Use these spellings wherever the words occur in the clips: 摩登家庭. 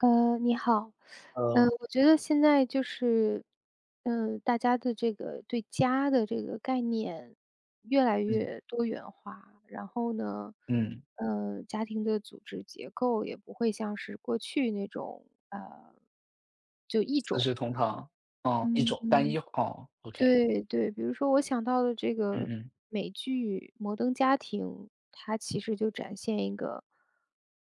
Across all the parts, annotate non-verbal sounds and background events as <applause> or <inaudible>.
你好。嗯我觉得现在就是，大家的这个对家的这个概念越来嗯越多元化，然后呢，嗯，家庭的组织结构也不会像是过去那种，就一四种。世同堂。哦，一嗯种单一。嗯，哦，OK。对对，比如说我想到的这嗯个嗯美剧《摩登家庭》，它其实就展现一个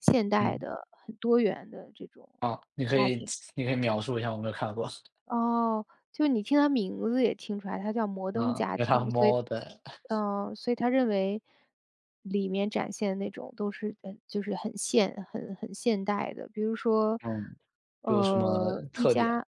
现代嗯。的、很多元的这种。哦，你可以描述一下，我没有看过。哦，就你听他名字也听出来，他叫《摩登嗯，家因为它和庭》，所以猫的。所以他认为里面展现的那种都是就是很现代的。比如说，嗯，有什么呃，一特点？家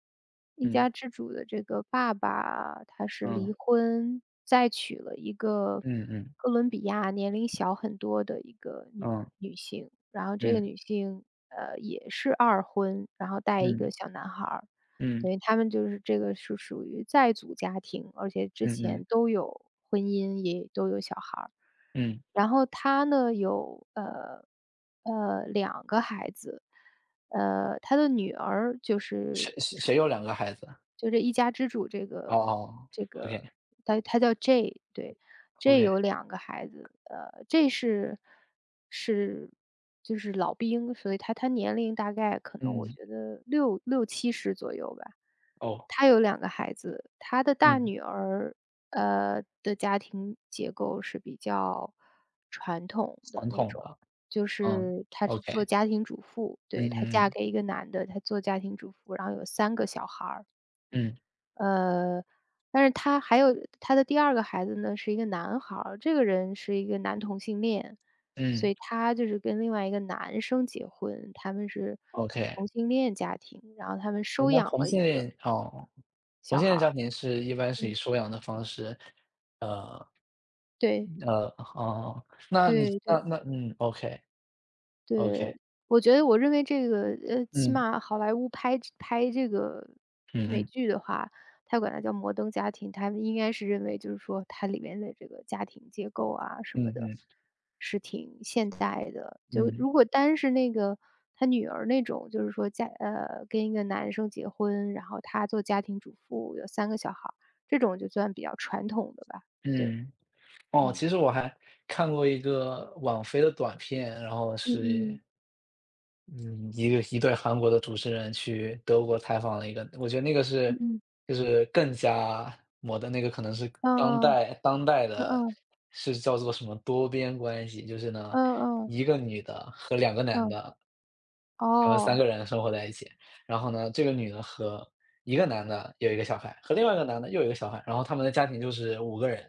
一嗯家之主的这个爸爸，他是离嗯婚，再娶了一个嗯嗯哥伦比亚年龄小很多的一个女嗯女性，然后这个嗯女性，也是二婚，然后带一个嗯小男孩儿。嗯对，他们就是这个是属于在组家庭，而且之嗯嗯前都有婚姻，也都有小孩儿。嗯。然后他呢有，两个孩子，他的女儿就谁是谁谁有2个孩子？这一家之主这哦个哦这，OK 个，他叫 J,对，J OK。有两个孩子，J 是就是老兵，所以他年龄大概可能我嗯，觉得六七十左右吧。哦。他有两个孩子，他的大嗯，女儿，的家庭结构是比较传统的传那统种。的。就嗯是她是做，OK。家庭主妇，对，嗯她嫁嗯给一个男的，她做家庭主妇，然后有三个小孩儿。嗯嗯呃，但是他还有他的第二个孩子呢，是一个男孩儿，这个人是一个男同性恋，所嗯以他就是跟另外一个男生结婚，他们是，OK。同性恋家庭，然后他们哎，收那养同了性一个恋，哦。我小现孩在家儿。庭是一般是以嗯，收养的方式。呃，对，呃，哦，那你对对。嗯OK，OK，对，我觉得我认为这个起嗯，码好莱坞拍这个嗯美嗯，剧的话，他管它叫摩登家庭，他们应该是认为就是说它里面的这个家庭结构啊什么嗯的，嗯是挺现代的。就嗯如果单是那个他女儿那种，就是说家跟一个男生结婚，然后他做家庭主妇，有三个小孩儿，这种就算比较传统的吧。对。嗯。哦，嗯。其实我还看过一个网飞的短片，然后嗯是嗯。嗯，一对韩国的主持人去德国采访了一个。我觉得那个是嗯嗯。嗯，就是更加我的那个可能是当啊，代当代的，嗯。是叫做什么多边关系。就是呢，嗯嗯。嗯一个女的和两个男嗯。的，他们三哦。个人生活在一起。然后呢，这个女的和一个男的有一个小孩，和另外一个男的又有一个小孩，然后他们的家庭就是5个人。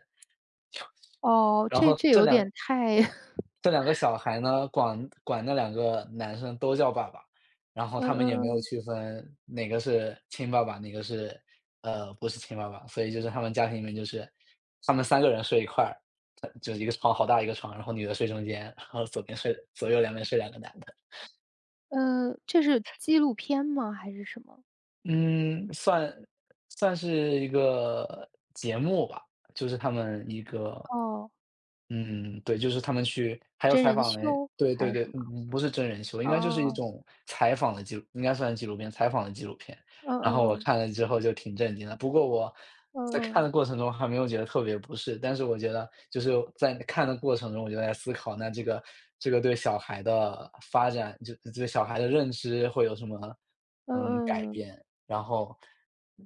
<laughs> 哦，然这后这这有两点太 <laughs> 这两个小孩呢，管那2个男生都叫爸爸。然后嗯他们也没有嗯区分哪个是亲爸爸，哪个是不是亲爸爸。所以就是他们家庭里面就是他们三个人睡一块儿，他就是一个床好大一个床，然后女的睡中间，然后左边睡左右两边睡两个男的。嗯。这是纪录片吗？还是什么？嗯，算是一个节目吧，就是他们一个。哦，嗯，对，就是他们去还有真采人访人，秀对还对是对。什么？嗯，不是真人秀，应该就是一哦。种采访的记录，应该算是纪录片，采访的纪录片。哦。然后嗯我嗯看了之后就挺震惊的。不过我嗯在看嗯的过程中还没有觉得特别不适，但是我觉得就是在看的过程中，我就在思考，那这个这个对小孩的发展，就对小孩的认知会有什么。嗯嗯，改嗯变。然后，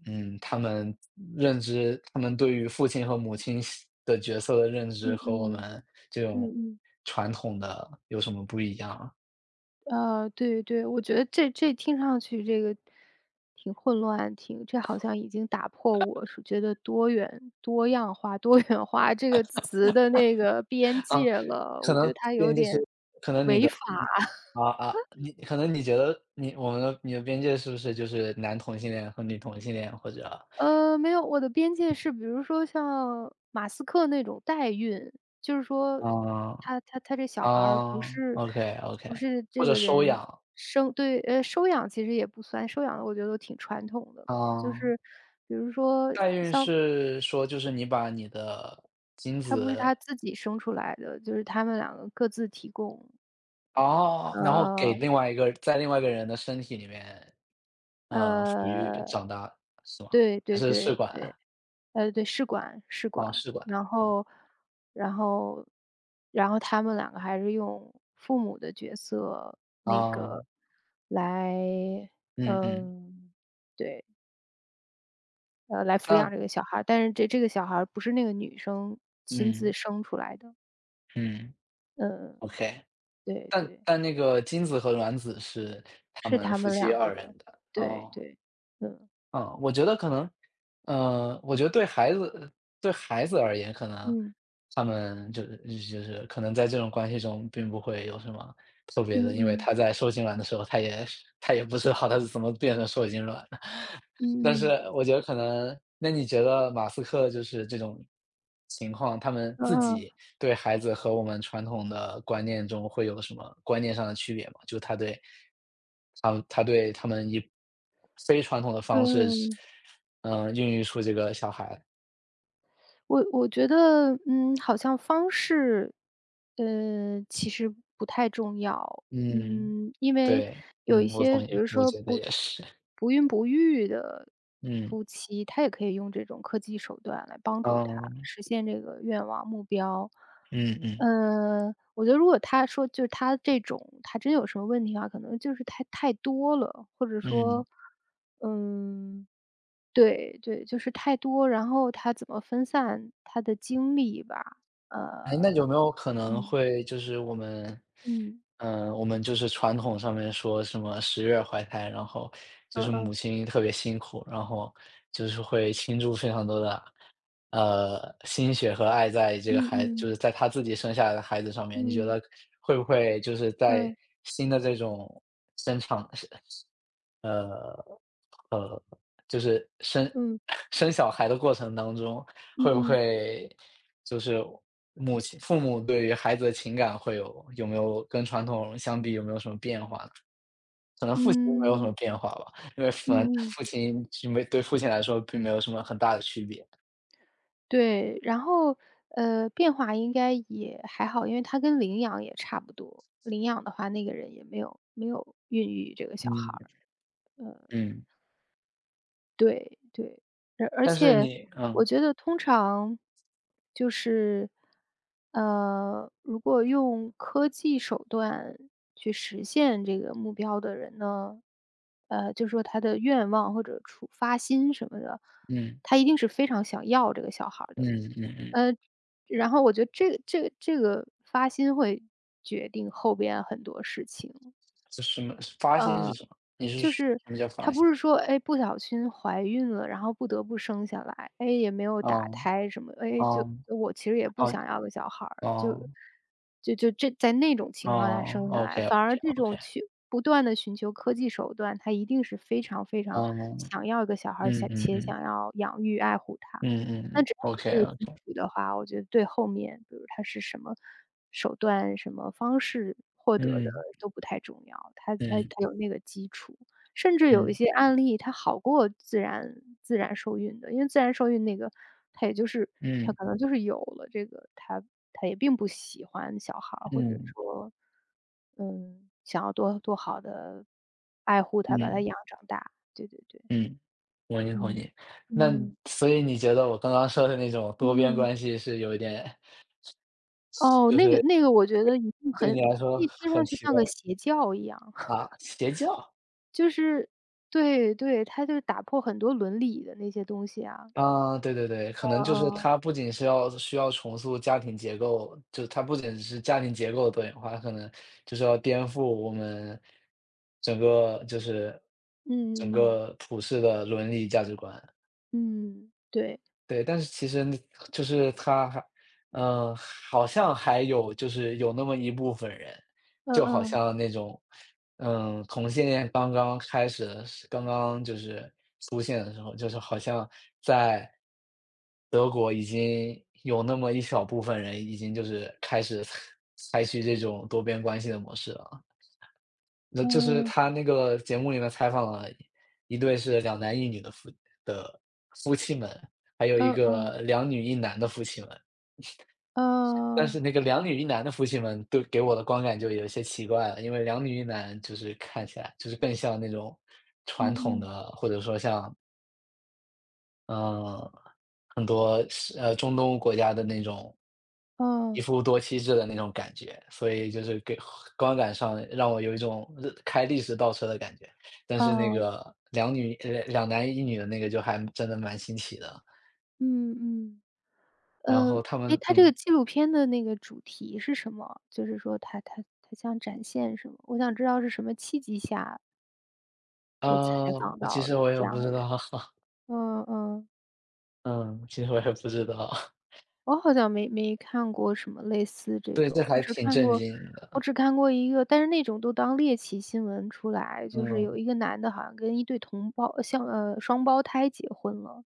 嗯，他们认知他们对于父亲和母亲是的角色的认知嗯嗯和我嗯，们这种嗯嗯。传统的有什么不一样啊？对对，我觉得这这听上去这个挺混乱，挺这好像已经打破我是觉得多元多样化、多元化这个词的那个边啊界了，可我觉能得它有边界是点违法。啊啊，你可能你觉得你我们的你的边界是不是就是男同性恋和女同性恋或者？没有，我的边界是比如说像马斯克那种代孕。就是说嗯，他他这小孩儿不啊是，OK，OK，不是或这者个收人养？生。对，收养其实也不算，收养的，我觉得都挺传统的了。就嗯。是比如说代孕是说就是你把你的精他不是子，他自己生出来的，就是他们两个各自提供。哦，然后给呃，另外一个在另外一个人的身体里面，嗯，抚育呃，长大是吗？对还对是试对管？对。对，试管试管，哦，试管。然哦，后然后然后他们两个还是用父母的角色那哦，个来。嗯嗯，嗯，对，来抚那养这个小孩儿，但是这个小孩儿不是那个女生亲嗯自生出来的。嗯嗯，，OK。对但对，但那个精子和卵子是他是们他夫们妻两个二的。人的，对哦。对。嗯。嗯，我觉得可能，我觉得对孩子对孩子而言，可能嗯。他们就是就是可能在这种关系中并不会有什么特别嗯的。因为嗯。他在受精卵的时候，他也是他也不知道他是怎么变成受精卵的。<laughs> 但是嗯嗯。我觉得可能，那你觉得马斯克就是这种情况，他们自嗯嗯。嗯己对孩子和我们传统的观念中会有什么观念上的区别吗？就他对他他对他们以非传统的方式是嗯。孕育出这个小孩。我我觉得，嗯，好像方式，其实不太重要。嗯，嗯，因为对。有一嗯，我些，同意，比如我说觉得也是。不孕不育的嗯，夫妻，他也可以用这种科技手段来帮助他嗯，实现这个愿望目标。嗯嗯，我觉得如果他说就是他这种，他真有什么问题的话，可能就是太多了，或者嗯。说，嗯，对对，就是太多，然后他怎么分散他的精力吧。哎，那呃，有没有可能嗯。会就是我们，嗯。嗯、我们就是传统上面说什么十月怀胎，然后就嗯是母嗯。亲特别辛苦，然后就是会倾注非常多的心血和爱在这个嗯孩，就是嗯在他自己生下来的孩子上面。你觉嗯。得会不会就是在嗯。新的这种生产，呃呃，就是生 嗯。<laughs> 生小孩的过程当中，嗯会不嗯。会就是母亲父母对于孩子的情感会有有没有跟传统相比有没有什么变化呢？可能父亲没有什嗯。么变化吧，因为嗯嗯。父亲就没对父亲来说并没有什么很大的区别。对，然后，变化应该也还好，因为他跟领养也差不多，领养的话，那个人也没有没有孕育这个小孩嗯，儿。嗯，对对，而而但是且你嗯，我觉得通常就是，如果用科技手段去实现这个目标的人呢，就说他的愿望或者出发心什么的，嗯，他一定是非常想要这个小孩儿的。嗯，嗯，嗯。呃，然后我觉得这个发心会决定后边很多事情。这什么发心是呃。什么？你是就说是什么叫发她心？不是说，哎，不小心怀孕了，然后不得不生下来，哎，也没有打哦，胎什么，哎，就哦，我其实也不哦，想要个小孩儿，就哦，就就这在那种情况下哦生下来。反而这，OK，OK，OK，种去不断的寻求科技手段，她一定是非常非常嗯想要一个小孩儿，嗯，想嗯，且嗯，想要养育爱护他。嗯，嗯，那嗯只要有这个基，OK，OK。础的话，我觉得对后面比如他是什么手段、什么方式获得的嗯，都不太重要，他他他嗯，有那个基础。甚至有一嗯，些案例，它好过自然受孕的，因为自然受孕那个，它也就是它嗯，可能就是有了这个，它它也并不喜欢小孩儿，或者嗯，说，嗯，想要多多好的爱护他，把他嗯，养长大。对对对。嗯，我也同嗯。意。那嗯。所以你觉得我刚刚说的那种多边嗯。关系是有一点哦，就那个是那个我觉得一定对很。你来说那听很上去奇像怪？个邪教一样。<laughs> 啊，邪教？就是对对，他就是打破很多伦理的那些东西啊。啊，对对对，可能嗯就是嗯，啊啊。它不仅是要需要重塑家庭结构，就它不仅是家庭结构的多元化，它可能就是要颠覆我们整个就是整个普世的伦理价值观。嗯，对，对。但是其实那就是他还呃，好像还有就是有那么一部分人，嗯就好嗯，像那种，嗯，同性恋刚刚开始的时刚刚就是出现的时候，就是好像在德国已经有那么一小部分人已经就是开始采取这种多边关系的模式了。那就是嗯他那个节目里面采访了一对是两男一女的夫的夫妻们，还有一嗯嗯。个两女一男的夫妻们。但是哦，那个两女一男的夫妻们都给我的观感就有一些奇怪了，因为两女一男就是看起来就是更像那种传嗯嗯统嗯。的，或者说像，嗯，很多是中东国家的那种一哦夫多妻制的那种感觉，所以就是给观感上让我有一种开历史倒车的感觉。但是那哦。个两女两男一女的那个就还真的蛮新奇的。嗯嗯。然后呃，他哎，们它这个嗯，纪录片的那个主题是什么？就是说它它它想展现什么？我想知道是什么契机下啊，就采访其到实我也这不样的知人。道。<laughs> 嗯嗯。嗯，其实我也不知道。我好像没看过什么类似 <laughs> 这对，这种，我还只挺看震过惊我的。只看过一个，但是那种都当猎奇新闻出来，就是有嗯一个男的好像跟一对同胞像双胞胎结婚了。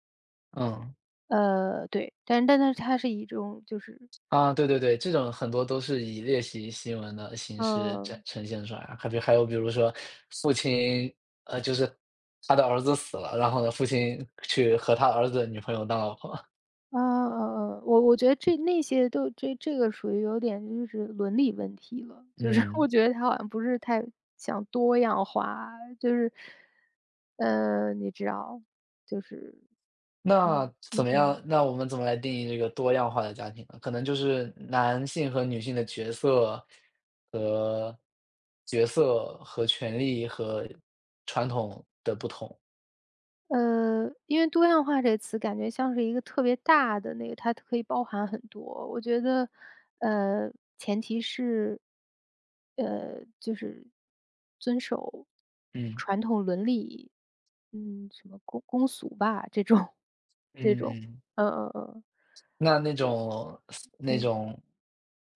嗯。对，但是他是以这种就是。啊，对对对，这种很多都是以猎奇新闻的形式展嗯，呈现出来啊。还比还有比如说父亲，就是他的儿子死了，然后呢，父亲去和他儿子的女朋友当老婆。啊啊啊，我我觉得这那些都这这个属于有点就是伦理问题了。就是 <laughs> 嗯，我觉得他好像不是太想多样化，就是你知道，就是那嗯怎嗯么嗯。样？那我们怎么来定义这个多样化的家庭呢？可能就是男性和女性的角色和角色和权利和传统的不同。因为多样化这词感觉像是一个特别大的那个，它可以包含很多。我觉得，呃，前提是，就是遵守嗯传统伦理，嗯，什么公俗吧，这种，<laughs> 这种，嗯。嗯嗯那那种那嗯。种，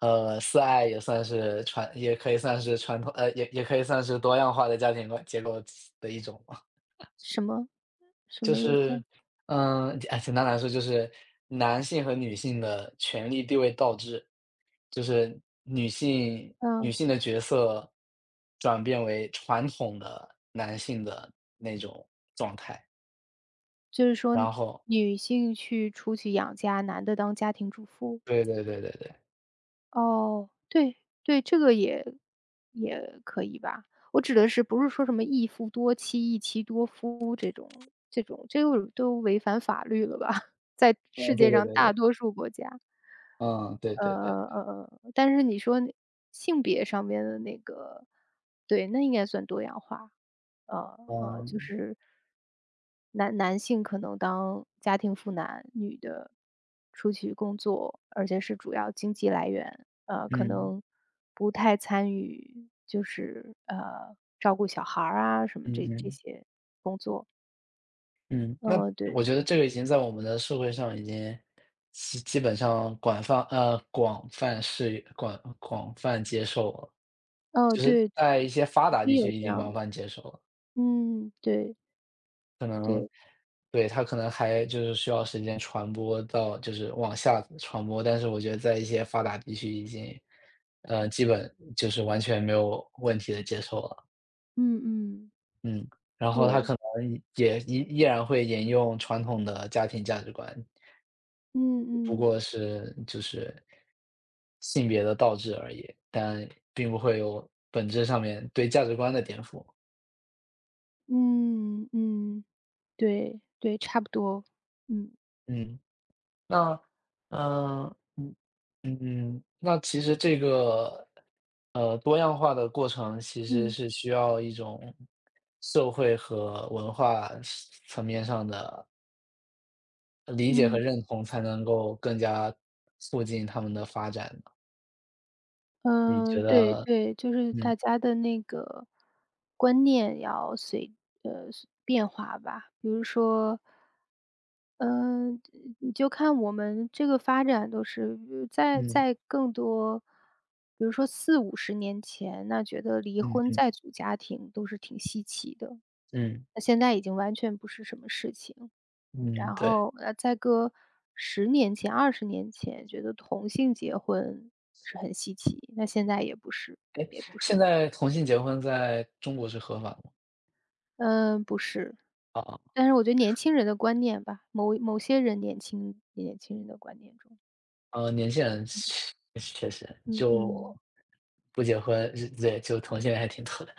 四爱也算是传也可以算是传统，也也可以算是多样化的家庭观结构的一种嘛。什么什就么也是，算。嗯，简单来说就是男性和女性的权力地位倒置，就是女性女嗯，性的角色转变为传统的男性的那种状态。就是说然后女性去出去养家，男的当家庭主妇。对对对对对。哦，对，对，这个也也可以吧。我指的是不是说什么一夫多妻、一妻多夫这种这种，这又都违反法律了吧？<laughs> 在世嗯，对界对上对大对。多数国家。嗯，对对对。但是你说那性别上面的那个，对，那应该算多样化。就嗯，是男性可能当家庭妇男，女的出去工作，而且是主要经济来源，可嗯。能不太参与，就是照顾小孩儿啊什么嗯这这嗯些工作。嗯。那我对。觉得这个已经在我们的社会上已经基本上广泛广泛是广泛接受了，哦，就是对，对。在一些发已达经地有区已这经样广的。泛接受了。嗯，对对。对，它可能还就是需要时间传播到，就是往下传播，但是我觉得在一些发达地区已经，基本就是完全没有问题的接受了。嗯嗯。嗯，然后他对。可能也依然会沿用传统的家庭价值观，嗯不嗯过是就是性别的倒置而已，但并不会有本质上面对价值观的颠覆。嗯嗯。嗯，对对，差不多。嗯嗯，那嗯嗯，那其实这个多样化的过程其实嗯是需要一种社会和文化层面上的理解和嗯。认同，才能够更加促进他们的发展的。你嗯，觉对得？对，就是嗯大家的那个观念要随，呃，变化吧。比如说，嗯，你就看我们这个发展都是在嗯在更多。比如说4、50年前，那觉得离嗯婚嗯再组家庭都是挺稀奇的，嗯那现在已经完全不是什么事情。嗯，然对。后，再搁十年前、20年前，觉得同性结婚是很稀奇，那现在也不是也不现是。在同性结婚在中国是合法的吗？嗯，不是。啊但是我觉得年轻人的观念吧，某些人年轻人的观念中，啊年轻人确实嗯嗯。就不结婚。对，就同性恋还挺多的。